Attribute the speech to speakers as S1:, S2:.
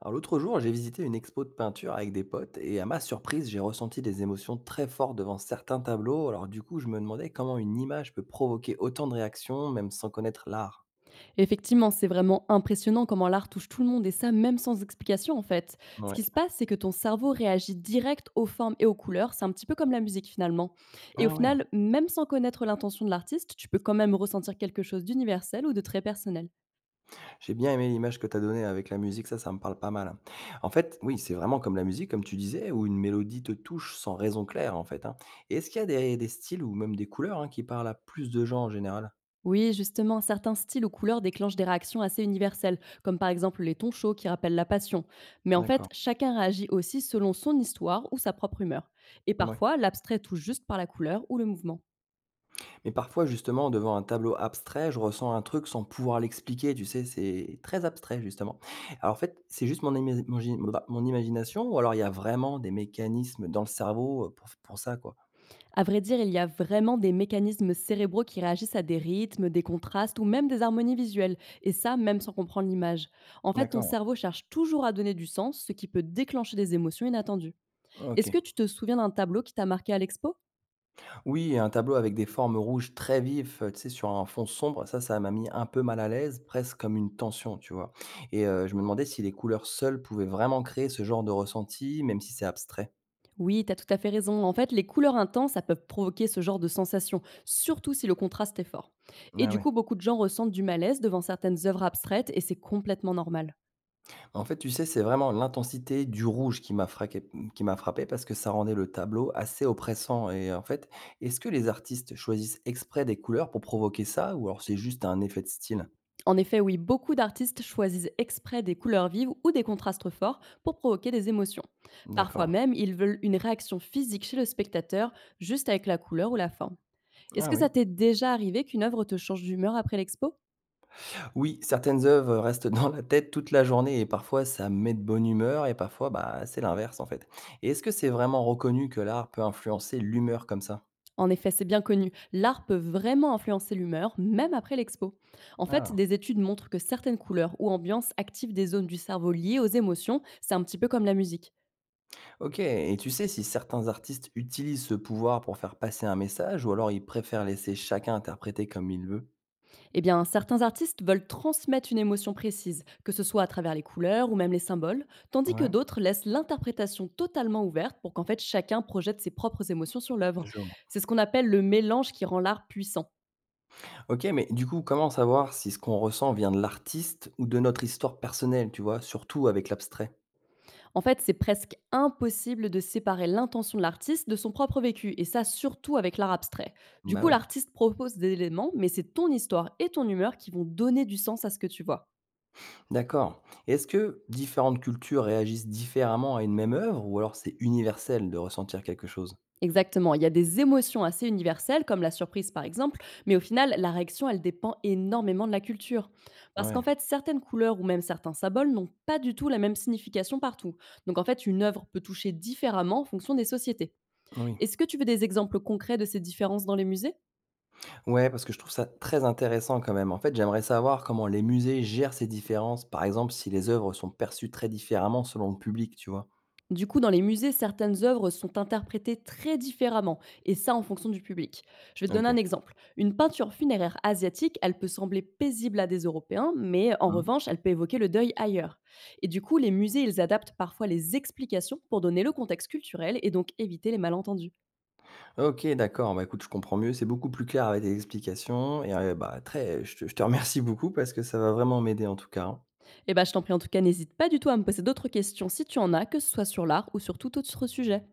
S1: Alors l'autre jour, j'ai visité une expo de peinture avec des potes et à ma surprise, j'ai ressenti des émotions très fortes devant certains tableaux. Alors du coup, je me demandais comment une image peut provoquer autant de réactions même sans connaître l'art.
S2: Effectivement, c'est vraiment impressionnant comment l'art touche tout le monde et ça même sans explication en fait. Ce qui
S1: Ouais.
S2: se passe, c'est que ton cerveau réagit direct aux formes et aux couleurs, c'est un petit peu comme la musique finalement. Et au
S1: Ah ouais.
S2: final, même sans connaître l'intention de l'artiste, tu peux quand même ressentir quelque chose d'universel ou de très personnel.
S1: J'ai bien aimé l'image que tu as donnée avec la musique, ça me parle pas mal. En fait, oui, c'est vraiment comme la musique, comme tu disais, où une mélodie te touche sans raison claire, en fait, hein. Et est-ce qu'il y a des styles ou même des couleurs, hein, qui parlent à plus de gens en général?
S2: Oui, justement, certains styles ou couleurs déclenchent des réactions assez universelles, comme par exemple les tons chauds qui rappellent la passion. Mais en fait,
S1: D'accord.
S2: chacun réagit aussi selon son histoire ou sa propre humeur. Et
S1: Ouais.
S2: parfois, l'abstrait touche juste par la couleur ou le mouvement.
S1: Mais parfois, justement, devant un tableau abstrait, je ressens un truc sans pouvoir l'expliquer, tu sais, c'est très abstrait, justement. Alors, en fait, c'est juste mon, ima- mon gi- bah, mon imagination, ou alors il y a vraiment des mécanismes dans le cerveau pour ça, quoi.
S2: À vrai dire, il y a vraiment des mécanismes cérébraux qui réagissent à des rythmes, des contrastes ou même des harmonies visuelles, et ça même sans comprendre l'image. En fait, ton
S1: D'accord,
S2: cerveau cherche toujours à donner du sens, ce qui peut déclencher des émotions inattendues.
S1: ok.
S2: Est-ce que tu te souviens d'un tableau qui t'a marqué à l'expo?
S1: Oui, et un tableau avec des formes rouges très vives, tu sais, sur un fond sombre, ça m'a mis un peu mal à l'aise, presque comme une tension, tu vois. Et je me demandais si les couleurs seules pouvaient vraiment créer ce genre de ressenti, même si c'est abstrait.
S2: Oui, t'as tout à fait raison. En fait, les couleurs intenses, ça peut provoquer ce genre de sensation, surtout si le contraste est fort. Et
S1: Ah
S2: du
S1: ouais.
S2: coup, beaucoup de gens ressentent du malaise devant certaines œuvres abstraites et c'est complètement normal.
S1: En fait, tu sais, c'est vraiment l'intensité du rouge qui m'a frappé parce que ça rendait le tableau assez oppressant et en fait, est-ce que les artistes choisissent exprès des couleurs pour provoquer ça ou alors c'est juste un effet de style?
S2: En effet, oui, beaucoup d'artistes choisissent exprès des couleurs vives ou des contrastes forts pour provoquer des émotions. Parfois
S1: D'accord.
S2: même, ils veulent une réaction physique chez le spectateur juste avec la couleur ou la forme. Est-ce
S1: Ah
S2: que
S1: oui.
S2: ça t'est déjà arrivé qu'une œuvre te change d'humeur après l'expo?
S1: Oui, certaines œuvres restent dans la tête toute la journée et parfois ça met de bonne humeur et parfois bah c'est l'inverse en fait. Et est-ce que c'est vraiment reconnu que l'art peut influencer l'humeur comme ça?
S2: En effet, c'est bien connu. L'art peut vraiment influencer l'humeur, même après l'expo. En fait,
S1: Ah.
S2: des études montrent que certaines couleurs ou ambiances activent des zones du cerveau liées aux émotions. C'est un petit peu comme la musique.
S1: OK, et tu sais si certains artistes utilisent ce pouvoir pour faire passer un message ou alors ils préfèrent laisser chacun interpréter comme il veut?
S2: Eh bien, certains artistes veulent transmettre une émotion précise, que ce soit à travers les couleurs ou même les symboles, tandis que
S1: Ouais,
S2: d'autres laissent l'interprétation totalement ouverte pour qu'en fait chacun projette ses propres émotions sur l'œuvre.
S1: je vois.
S2: C'est ce qu'on appelle le mélange qui rend l'art puissant.
S1: OK, mais du coup, comment savoir si ce qu'on ressent vient de l'artiste ou de notre histoire personnelle, tu vois? Surtout avec l'abstrait.
S2: En fait, c'est presque impossible de séparer l'intention de l'artiste de son propre vécu, et ça surtout avec l'art abstrait. Du
S1: Bah
S2: coup,
S1: oui,
S2: l'artiste propose des éléments, mais c'est ton histoire et ton humeur qui vont donner du sens à ce que tu vois.
S1: d'accord. Est-ce que différentes cultures réagissent différemment à une même œuvre ou alors c'est universel de ressentir quelque chose?
S2: Exactement, il y a des émotions assez universelles, comme la surprise par exemple, mais au final, la réaction, elle dépend énormément de la culture. Parce qu'en
S1: Ouais,
S2: fait, certaines couleurs ou même certains symboles n'ont pas du tout la même signification partout. Donc en fait, une œuvre peut toucher différemment en fonction des sociétés.
S1: oui.
S2: Est-ce que tu veux des exemples concrets de ces différences dans les musées?
S1: Ouais, parce que je trouve ça très intéressant quand même. En fait, j'aimerais savoir comment les musées gèrent ces différences. Par exemple, si les œuvres sont perçues très différemment selon le public, tu vois.
S2: Du coup, dans les musées, certaines œuvres sont interprétées très différemment, et ça en fonction du public. Je vais te donner un
S1: Ok.
S2: exemple. Une peinture funéraire asiatique, elle peut sembler paisible à des Européens, mais en
S1: Mhm.
S2: revanche, elle peut évoquer le deuil ailleurs. Et du coup, les musées, ils adaptent parfois les explications pour donner le contexte culturel et donc éviter les malentendus.
S1: Ok, d'accord. Bah écoute, je comprends mieux. C'est beaucoup plus clair avec tes explications. Et bah, très, je te remercie beaucoup parce que ça va vraiment m'aider en tout cas, hein.
S2: Et bah, je t'en prie, en tout cas, n'hésite pas du tout à me poser d'autres questions si tu en as, que ce soit sur l'art ou sur tout autre sujet.